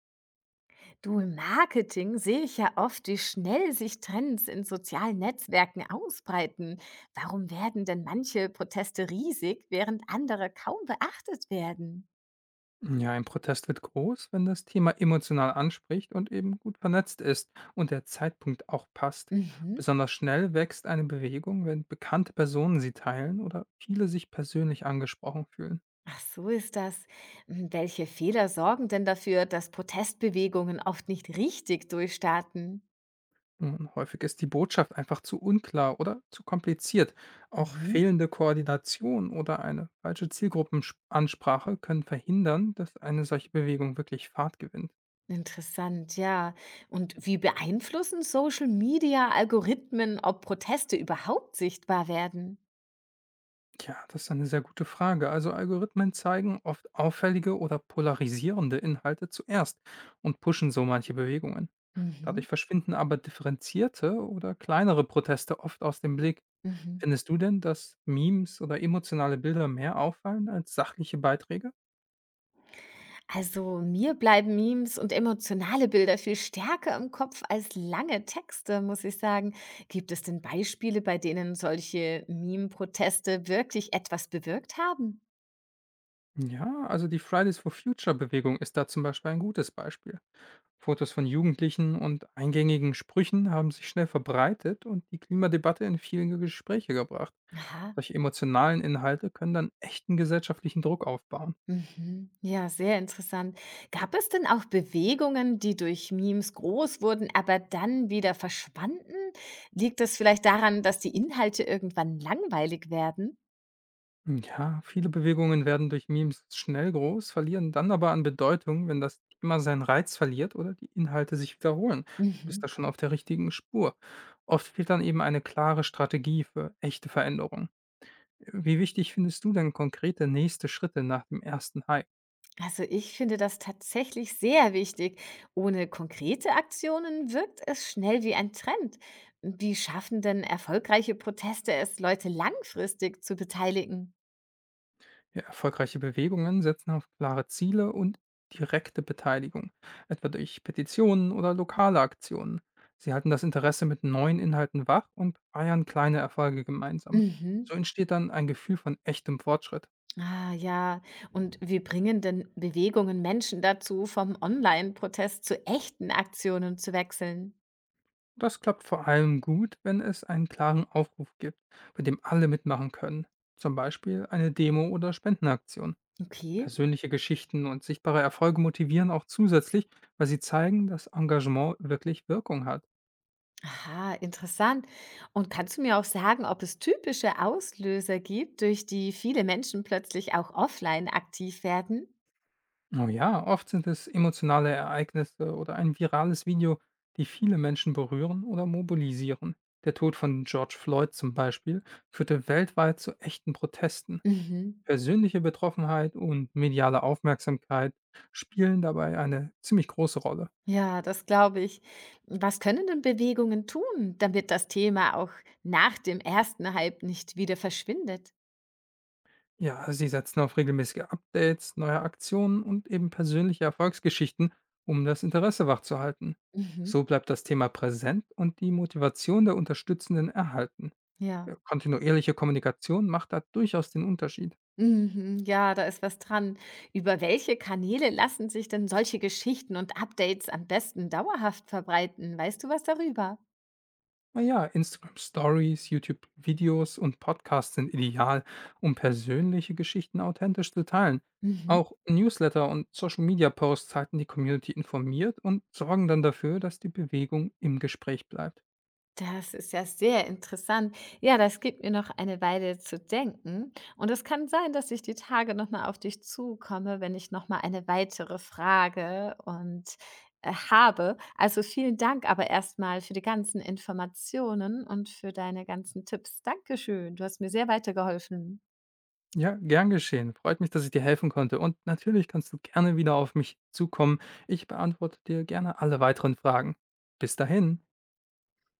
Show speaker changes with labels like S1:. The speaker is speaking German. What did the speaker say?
S1: Du, im Marketing sehe ich ja oft, wie schnell sich Trends in sozialen Netzwerken ausbreiten. Warum werden denn manche Proteste riesig, während andere kaum beachtet werden?
S2: Ja, ein Protest wird groß, wenn das Thema emotional anspricht und eben gut vernetzt ist und der Zeitpunkt auch passt.
S1: Mhm.
S2: Besonders schnell wächst eine Bewegung, wenn bekannte Personen sie teilen oder viele sich persönlich angesprochen fühlen.
S1: Ach, so ist das. Hm, welche Fehler sorgen denn dafür, dass Protestbewegungen oft nicht richtig durchstarten?
S2: Und häufig ist die Botschaft einfach zu unklar oder zu kompliziert. Auch
S1: Mhm.
S2: fehlende Koordination oder eine falsche Zielgruppenansprache können verhindern, dass eine solche Bewegung wirklich Fahrt gewinnt.
S1: Interessant, ja. Und wie beeinflussen Social Media Algorithmen, ob Proteste überhaupt sichtbar werden?
S2: Ja, das ist eine sehr gute Frage. Also Algorithmen zeigen oft auffällige oder polarisierende Inhalte zuerst und pushen so manche Bewegungen. Dadurch
S1: Mhm.
S2: verschwinden aber differenzierte oder kleinere Proteste oft aus dem Blick.
S1: Mhm.
S2: Findest du denn, dass Memes oder emotionale Bilder mehr auffallen als sachliche Beiträge?
S1: Also mir bleiben Memes und emotionale Bilder viel stärker im Kopf als lange Texte, muss ich sagen. Gibt es denn Beispiele, bei denen solche Meme-Proteste wirklich etwas bewirkt haben?
S2: Ja, also die Fridays for Future Bewegung ist da zum Beispiel ein gutes Beispiel. Fotos von Jugendlichen und eingängigen Sprüchen haben sich schnell verbreitet und die Klimadebatte in viele Gespräche gebracht.
S1: Aha.
S2: Solche emotionalen Inhalte können dann echten gesellschaftlichen Druck aufbauen.
S1: Mhm. Ja, sehr interessant. Gab es denn auch Bewegungen, die durch Memes groß wurden, aber dann wieder verschwanden? Liegt das vielleicht daran, dass die Inhalte irgendwann langweilig werden?
S2: Ja, viele Bewegungen werden durch Memes schnell groß, verlieren dann aber an Bedeutung, wenn das Thema seinen Reiz verliert oder die Inhalte sich wiederholen. Du bist da
S1: Mhm.
S2: schon auf der richtigen Spur. Oft fehlt dann eben eine klare Strategie für echte Veränderung. Wie wichtig findest du denn konkrete nächste Schritte nach dem ersten Hype?
S1: Also ich finde das tatsächlich sehr wichtig. Ohne konkrete Aktionen wirkt es schnell wie ein Trend. Wie schaffen denn erfolgreiche Proteste es, Leute langfristig zu beteiligen?
S2: Ja, erfolgreiche Bewegungen setzen auf klare Ziele und direkte Beteiligung, etwa durch Petitionen oder lokale Aktionen. Sie halten das Interesse mit neuen Inhalten wach und feiern kleine Erfolge gemeinsam.
S1: Mhm.
S2: So entsteht dann ein Gefühl von echtem Fortschritt.
S1: Ah ja, und wir bringen denn Bewegungen Menschen dazu, vom Online-Protest zu echten Aktionen zu wechseln?
S2: Das klappt vor allem gut, wenn es einen klaren Aufruf gibt, bei dem alle mitmachen können. Zum Beispiel eine Demo oder Spendenaktion.
S1: Okay.
S2: Persönliche Geschichten und sichtbare Erfolge motivieren auch zusätzlich, weil sie zeigen, dass Engagement wirklich Wirkung hat.
S1: Aha, interessant. Und kannst du mir auch sagen, ob es typische Auslöser gibt, durch die viele Menschen plötzlich auch offline aktiv werden?
S2: Oh ja, oft sind es emotionale Ereignisse oder ein virales Video, die viele Menschen berühren oder mobilisieren. Der Tod von George Floyd zum Beispiel führte weltweit zu echten Protesten.
S1: Mhm.
S2: Persönliche Betroffenheit und mediale Aufmerksamkeit spielen dabei eine ziemlich große Rolle.
S1: Ja, das glaube ich. Was können denn Bewegungen tun, damit das Thema auch nach dem ersten Hype nicht wieder verschwindet?
S2: Ja, sie setzen auf regelmäßige Updates, neue Aktionen und eben persönliche Erfolgsgeschichten, um das Interesse wachzuhalten.
S1: Mhm.
S2: So bleibt das Thema präsent und die Motivation der Unterstützenden erhalten.
S1: Ja.
S2: Kontinuierliche Kommunikation macht da durchaus den Unterschied.
S1: Mhm. Ja, da ist was dran. Über welche Kanäle lassen sich denn solche Geschichten und Updates am besten dauerhaft verbreiten? Weißt du was darüber?
S2: Naja, Instagram Stories, YouTube Videos und Podcasts sind ideal, um persönliche Geschichten authentisch zu teilen.
S1: Mhm.
S2: Auch Newsletter und Social Media Posts halten die Community informiert und sorgen dann dafür, dass die Bewegung im Gespräch bleibt.
S1: Das ist ja sehr interessant. Ja, das gibt mir noch eine Weile zu denken. Und es kann sein, dass ich die Tage nochmal auf dich zukomme, wenn ich nochmal eine weitere Frage habe. Also vielen Dank aber erstmal für die ganzen Informationen und für deine ganzen Tipps. Dankeschön. Du hast mir sehr weitergeholfen.
S2: Ja, gern geschehen. Freut mich, dass ich dir helfen konnte. Und natürlich kannst du gerne wieder auf mich zukommen. Ich beantworte dir gerne alle weiteren Fragen. Bis dahin.